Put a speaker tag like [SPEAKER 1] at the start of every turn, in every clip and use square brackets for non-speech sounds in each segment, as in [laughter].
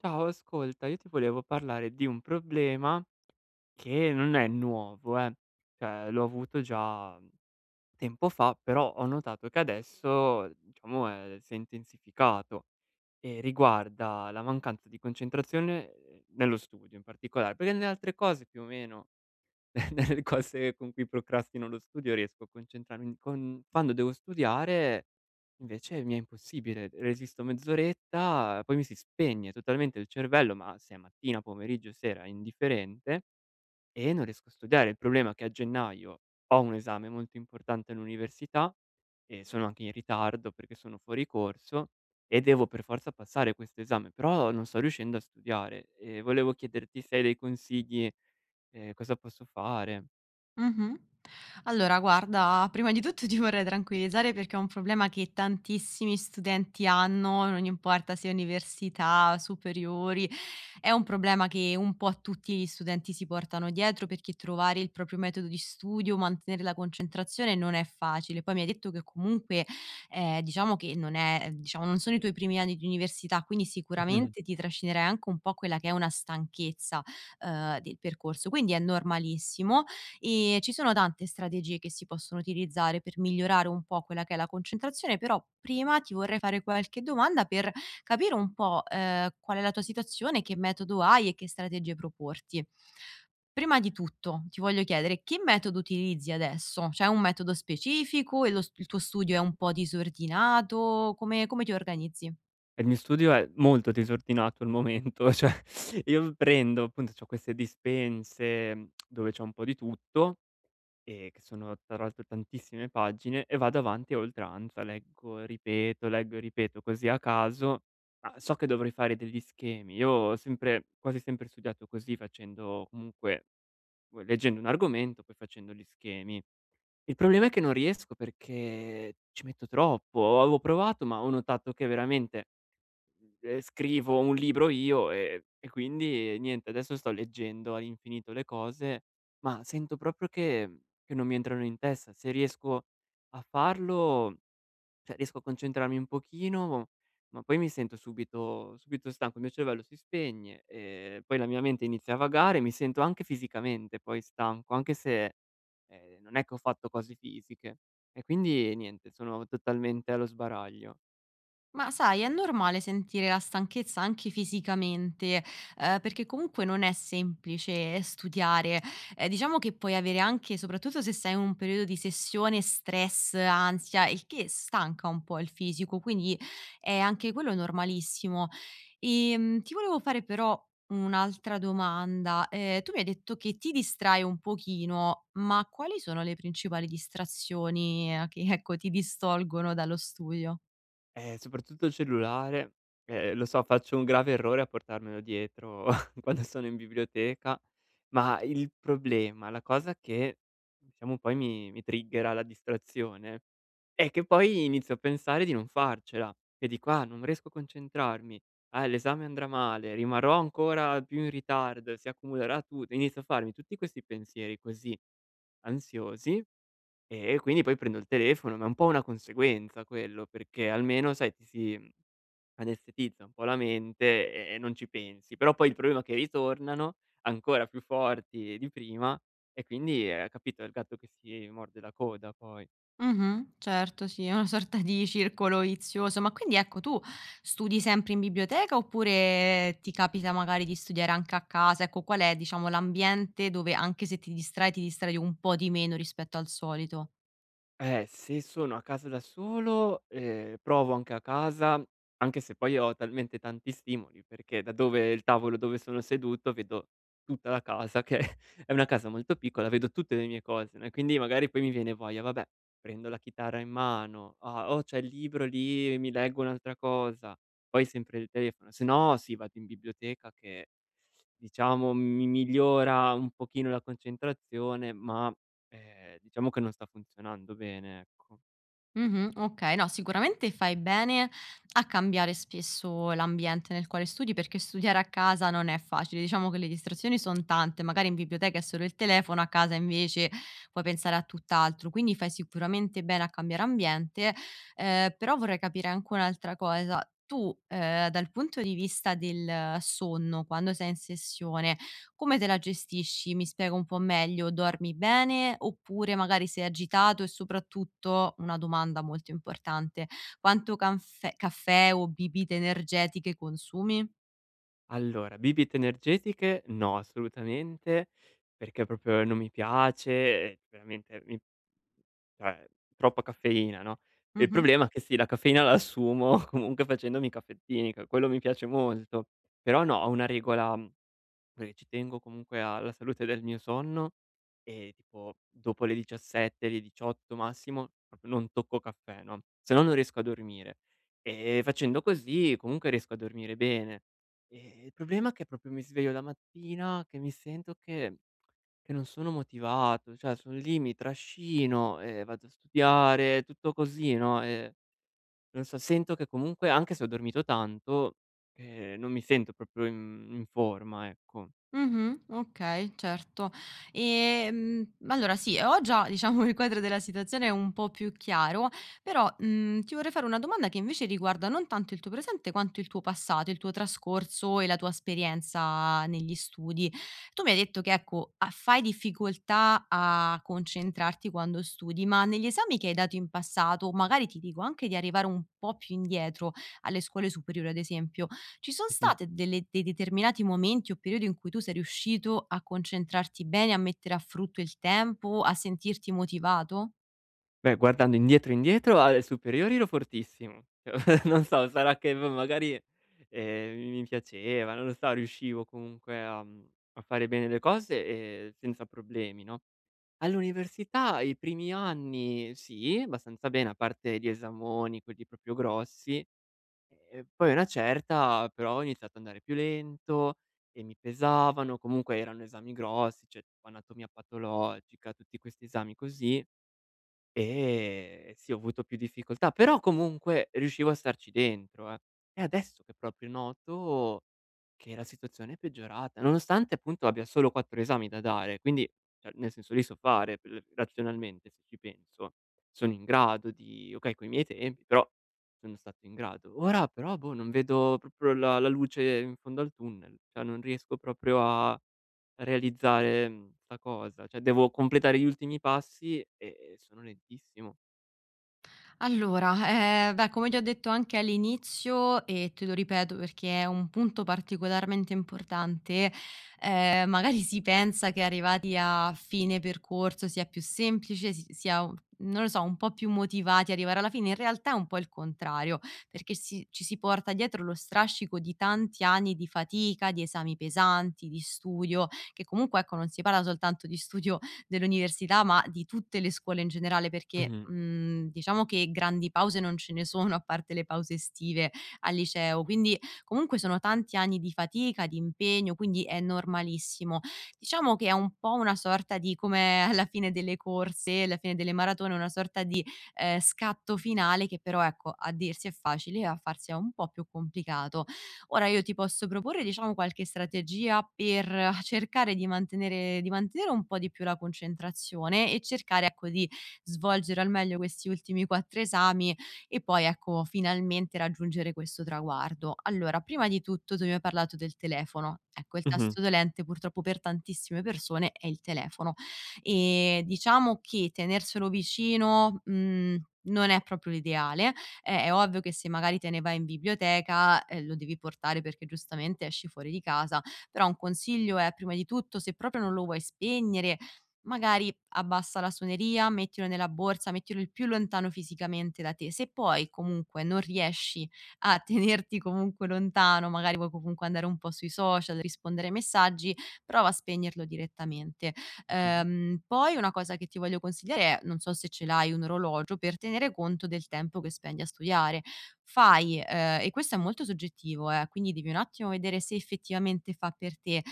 [SPEAKER 1] Ciao, ascolta, io ti volevo parlare di un problema che non è nuovo, eh. Cioè, l'ho avuto già tempo fa, però ho notato che adesso, diciamo, si è intensificato e riguarda la mancanza di concentrazione nello studio in particolare, perché nelle altre cose più o meno. [laughs] Nelle cose con cui procrastino lo studio riesco a concentrarmi, con quando devo studiare invece mi è impossibile, resisto mezz'oretta, poi mi si spegne totalmente il cervello, ma se è mattina, pomeriggio, sera, è indifferente e non riesco a studiare. Il problema è che a gennaio ho un esame molto importante all'università e sono anche in ritardo perché sono fuori corso e devo per forza passare questo esame, però non sto riuscendo a studiare e volevo chiederti se hai dei consigli, cosa posso fare.
[SPEAKER 2] Mh-mh. Allora guarda, prima di tutto ti vorrei tranquillizzare perché è un problema che tantissimi studenti hanno, non importa se università, superiori, è un problema che un po' tutti gli studenti si portano dietro perché trovare il proprio metodo di studio, mantenere la concentrazione non è facile. Poi mi hai detto che comunque, diciamo che non è diciamo non sono i tuoi primi anni di università, quindi
[SPEAKER 1] Mh-mh.
[SPEAKER 2] sicuramente ti trascinerai anche un po' quella che è una stanchezza, del percorso, quindi è normalissimo e ci sono tante strategie che si possono utilizzare per migliorare un po' quella che è la concentrazione, però prima ti vorrei fare qualche domanda per capire un po', qual è la tua situazione, che metodo hai e che strategie proporti. Prima di tutto ti voglio chiedere che metodo utilizzi adesso? C'è un metodo specifico e lo s il tuo studio è un po' disordinato? Come ti organizzi?
[SPEAKER 1] E il mio studio è molto disordinato al momento, [laughs] cioè io prendo appunto c'ho queste dispense dove c'è un po' di tutto. Che sono tra l'altro tantissime pagine, e vado avanti a oltranza, leggo, ripeto, leggo e ripeto così a caso, ma so che dovrei fare degli schemi. Io ho sempre quasi sempre studiato così, facendo comunque, leggendo un argomento, poi facendo gli schemi. Il problema è che non riesco perché ci metto troppo. Avevo provato, ma ho notato che veramente. Scrivo un libro io, e quindi niente, adesso sto leggendo all'infinito le cose, ma sento proprio che non mi entrano in testa. Se riesco a farlo, cioè riesco a concentrarmi un pochino, ma poi mi sento subito subito stanco, il mio cervello si spegne, poi la mia mente inizia a vagare, mi sento anche fisicamente poi stanco, anche se, non è che ho fatto cose fisiche. E quindi niente, sono totalmente allo sbaraglio.
[SPEAKER 2] Ma sai, è normale sentire la stanchezza anche fisicamente, perché comunque non è semplice studiare. Diciamo che puoi avere anche soprattutto se sei in un periodo di sessione, stress, ansia, il che stanca un po' il fisico, quindi è anche quello normalissimo. Ti volevo fare però un'altra domanda. Tu mi hai detto che ti distrai un pochino, ma quali sono le principali distrazioni che, ecco, ti distolgono dallo studio?
[SPEAKER 1] Soprattutto il cellulare, lo so, faccio un grave errore a portarmelo dietro [laughs] quando sono in biblioteca, ma il problema, la cosa che diciamo poi mi triggera la distrazione, è che poi inizio a pensare di non farcela e dico: "Ah, non riesco a concentrarmi, ah, l'esame andrà male, rimarrò ancora più in ritardo, si accumulerà tutto". Inizio a farmi tutti questi pensieri così ansiosi, e quindi poi prendo il telefono, ma è un po' una conseguenza quello, perché almeno sai ti si, anestetizza un po' la mente e non ci pensi. Però poi il problema è che ritornano ancora più forti di prima e quindi, capito, è il gatto che si morde la coda poi.
[SPEAKER 2] Mh-mh. Certo, sì, è una sorta di circolo vizioso. Ma quindi ecco, tu studi sempre in biblioteca oppure ti capita magari di studiare anche a casa? Ecco, qual è, diciamo, l'ambiente dove anche se ti distrai, ti distrai un po' di meno rispetto al solito?
[SPEAKER 1] Se sono a casa da solo, provo anche a casa, anche se poi ho talmente tanti stimoli, perché da dove il tavolo dove sono seduto vedo tutta la casa che [laughs] è una casa molto piccola, vedo tutte le mie cose, no, e quindi magari poi mi viene voglia, vabbè, prendo la chitarra in mano, ah, oh c'è il libro lì, mi leggo un'altra cosa, poi sempre il telefono, se no sì, vado in biblioteca, che diciamo mi migliora un pochino la concentrazione, ma. Diciamo che non sta funzionando bene, ecco.
[SPEAKER 2] Mh-mh, okay. No, sicuramente fai bene a cambiare spesso l'ambiente nel quale studi, perché studiare a casa non è facile. Diciamo che le distrazioni son tante, magari in biblioteca è solo il telefono, a casa invece puoi pensare a tutt'altro, quindi fai sicuramente bene a cambiare ambiente. Però vorrei capire anche un'altra cosa: tu, dal punto di vista del sonno, quando sei in sessione, come te la gestisci? Mi spiego un po' meglio, dormi bene oppure magari sei agitato e soprattutto, una domanda molto importante, quanto canfè caffè o bibite energetiche consumi?
[SPEAKER 1] Allora, bibite energetiche no, assolutamente, perché proprio non mi piace e veramente mi, cioè troppa caffeina, no, e il
[SPEAKER 2] Mh-mh.
[SPEAKER 1] problema è che sì, la caffeina la assumo [laughs] comunque facendomi i caffettini, che quello mi piace molto, però no, ho una regola. Perché ci tengo comunque alla salute del mio sonno e tipo dopo le 17, le 18 massimo, proprio non tocco caffè, no, se no non riesco a dormire. E facendo così comunque riesco a dormire bene. Il problema è che proprio mi sveglio la mattina che mi sento che non sono motivato, cioè sono lì, mi trascino, vado a studiare, tutto così, no, non so, sento che comunque anche se ho dormito tanto, non mi sento proprio in forma, ecco.
[SPEAKER 2] Mh-mh, okay, certo. Allora sì, ho già diciamo il quadro della situazione un po' più chiaro, però, ti vorrei fare una domanda che invece riguarda non tanto il tuo presente quanto il tuo passato, il tuo trascorso e la tua esperienza negli studi. Tu mi hai detto che ecco, a fai difficoltà a concentrarti quando studi, ma negli esami che hai dato in passato, magari ti dico anche di arrivare un po' più indietro alle scuole superiori ad esempio, ci sono
[SPEAKER 1] Mh-mh.
[SPEAKER 2] state delle dei determinati momenti o periodi in cui tu sei riuscito a concentrarti bene, a mettere a frutto il tempo, a sentirti motivato?
[SPEAKER 1] Beh, guardando indietro alle superiori, ero fortissimo. [laughs] Non so, sarà che v magari, mi piaceva, non lo so, riuscivo comunque a, a fare bene le cose, senza problemi, no. All'università i primi anni sì, abbastanza bene, a parte gli esamoni, quelli proprio grossi, e poi a una certa però ho iniziato ad andare più lento e mi pesavano, comunque erano esami grossi, cioè tipo anatomia patologica, tutti questi esami così. Sì, ho avuto più difficoltà, però comunque riuscivo a starci dentro, eh. È adesso che proprio noto che la situazione è peggiorata, nonostante appunto abbia solo 4 esami da dare, quindi, cioè nel senso li so fare, per razionalmente, se ci penso. Sono in grado di, okay, coi miei tempi, però sono stato in grado. Ora però boh, non vedo proprio la luce in fondo al tunnel, cioè non riesco proprio a realizzare, 'sta cosa, cioè devo completare gli ultimi passi e sono lentissimo.
[SPEAKER 2] Allora, beh, come già ho detto anche all'inizio e te lo ripeto perché è un punto particolarmente importante, magari si pensa che arrivati a fine percorso sia più semplice, si sia u non lo so, un po' più motivati ad arrivare alla fine, in realtà è un po' il contrario, perché ci si porta dietro lo strascico di tanti anni di fatica, di esami pesanti, di studio, che comunque ecco, non si parla soltanto di studio dell'università, ma di tutte le scuole in generale, perché,
[SPEAKER 1] Mh-mh,
[SPEAKER 2] diciamo che grandi pause non ce ne sono, a parte le pause estive al liceo. Quindi comunque sono tanti anni di fatica, di impegno, quindi è normalissimo. Diciamo che è un po' una sorta di come alla fine delle corse, alla fine delle maratone, una sorta di, scatto finale che però, ecco, a dirsi è facile, a farsi è un po' più complicato. Ora io ti posso proporre, diciamo, qualche strategia per cercare di mantenere un po' di più la concentrazione e cercare, ecco, di svolgere al meglio questi ultimi 4 esami e poi, ecco, finalmente raggiungere questo traguardo. Allora, prima di tutto tu mi hai parlato del telefono. Ecco, il
[SPEAKER 1] mh-mh,
[SPEAKER 2] tasto dolente purtroppo per tantissime persone è il telefono e diciamo che tenerselo vicino, non è proprio l'ideale è ovvio che se magari te ne vai in biblioteca, lo devi portare perché giustamente esci fuori di casa. Però un consiglio è, prima di tutto, se proprio non lo vuoi spegnere, magari abbassa la suoneria, mettilo nella borsa, mettilo il più lontano fisicamente da te. Se poi comunque non riesci a [laughs] tenerti comunque lontano, magari vuoi comunque andare un po' sui social, rispondere ai messaggi, prova a spegnerlo direttamente.
[SPEAKER 1] mh-mh.
[SPEAKER 2] Poi una cosa che ti voglio consigliare è, non so se ce l'hai un orologio, per tenere conto del tempo che spendi a studiare. Fai, e questo è molto soggettivo quindi devi un attimo vedere se effettivamente fa per te.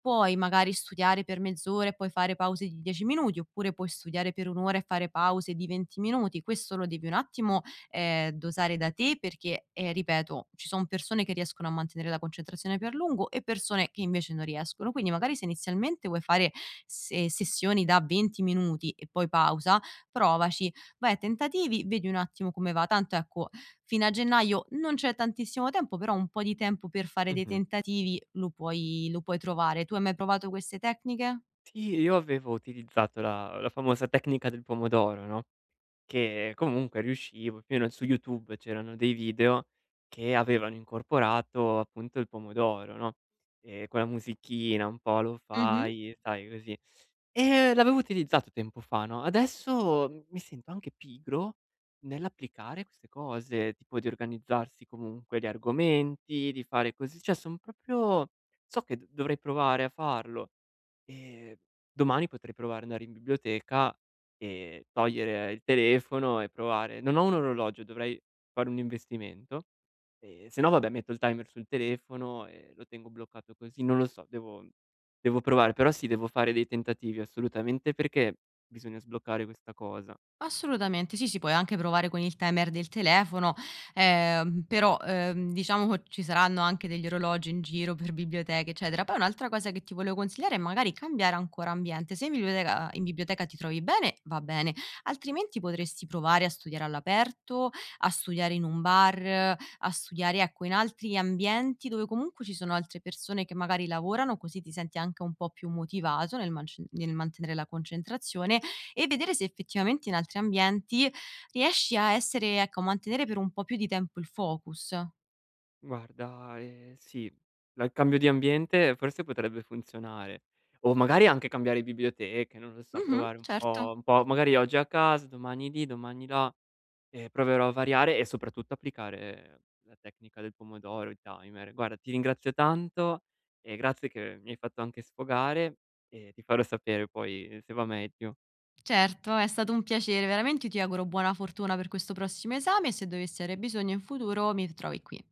[SPEAKER 2] Puoi magari studiare per mezz'ora e poi fare pause di 10 minuti, oppure puoi studiare per 1 ora e fare pause di 20 minuti. Questo lo devi un attimo dosare da te perché, ripeto, ci son persone che riescono a mantenere la concentrazione più a lungo e persone che invece non riescono. Quindi magari se inizialmente vuoi fare se sessioni da 20 minuti e poi pausa, provaci, vai a tentativi, vedi un attimo come va. Tanto ecco, fino a gennaio non c'è tantissimo tempo, però un po' di tempo per fare dei
[SPEAKER 1] Mh-mh.
[SPEAKER 2] tentativi lo puoi trovare. Tu hai mai provato queste tecniche?
[SPEAKER 1] Sì, io avevo utilizzato la famosa tecnica del pomodoro, no, che comunque riuscivo, più o meno. Su YouTube c'erano dei video che avevano incorporato appunto il pomodoro, no, con la musichina un po'
[SPEAKER 2] Mh-mh.
[SPEAKER 1] lo-fi, sai così. L'avevo utilizzato tempo fa, no, adesso, mi sento anche pigro nell'applicare queste cose, tipo di organizzarsi comunque gli argomenti, di fare così, cioè son proprio, so che d dovrei provare a farlo. Ehm, Domani potrei provare ad andare in biblioteca e togliere il telefono e provare, non ho un orologio, dovrei fare un investimento, e se no vabbè metto il timer sul telefono e lo tengo bloccato così, non lo so, devo provare, però sì, devo fare dei tentativi assolutamente perché bisogna sbloccare questa cosa.
[SPEAKER 2] Assolutamente, sì, sì, puoi anche provare con il timer del telefono, però, diciamo che ci saranno anche degli orologi in giro per biblioteche, eccetera. Poi un'altra cosa che ti volevo consigliare è magari cambiare ancora ambiente. Se in biblioteca ti trovi bene, va bene, altrimenti potresti provare a studiare all'aperto, a studiare in un bar, a studiare, ecco, in altri ambienti dove comunque ci sono altre persone che magari lavorano, così ti senti anche un po' più motivato nel mantenere la concentrazione e vedere se effettivamente in altri ambienti riesci a essere ecco, a mantenere per un po' più di tempo il focus.
[SPEAKER 1] Guarda, sì, la il cambio di ambiente forse potrebbe funzionare, o magari anche cambiare biblioteche, non lo so,
[SPEAKER 2] Mh-mh,
[SPEAKER 1] provare un
[SPEAKER 2] certo.
[SPEAKER 1] po' un po' magari oggi a casa, domani lì, domani là. Proverò a variare e soprattutto applicare la tecnica del pomodoro, il timer. Guarda, ti ringrazio tanto e grazie che mi hai fatto anche sfogare, e ti farò sapere poi se va meglio.
[SPEAKER 2] Certo, è stato un piacere, veramente io ti auguro buona fortuna per questo prossimo esame e se dovessi avere bisogno in futuro mi trovi qui.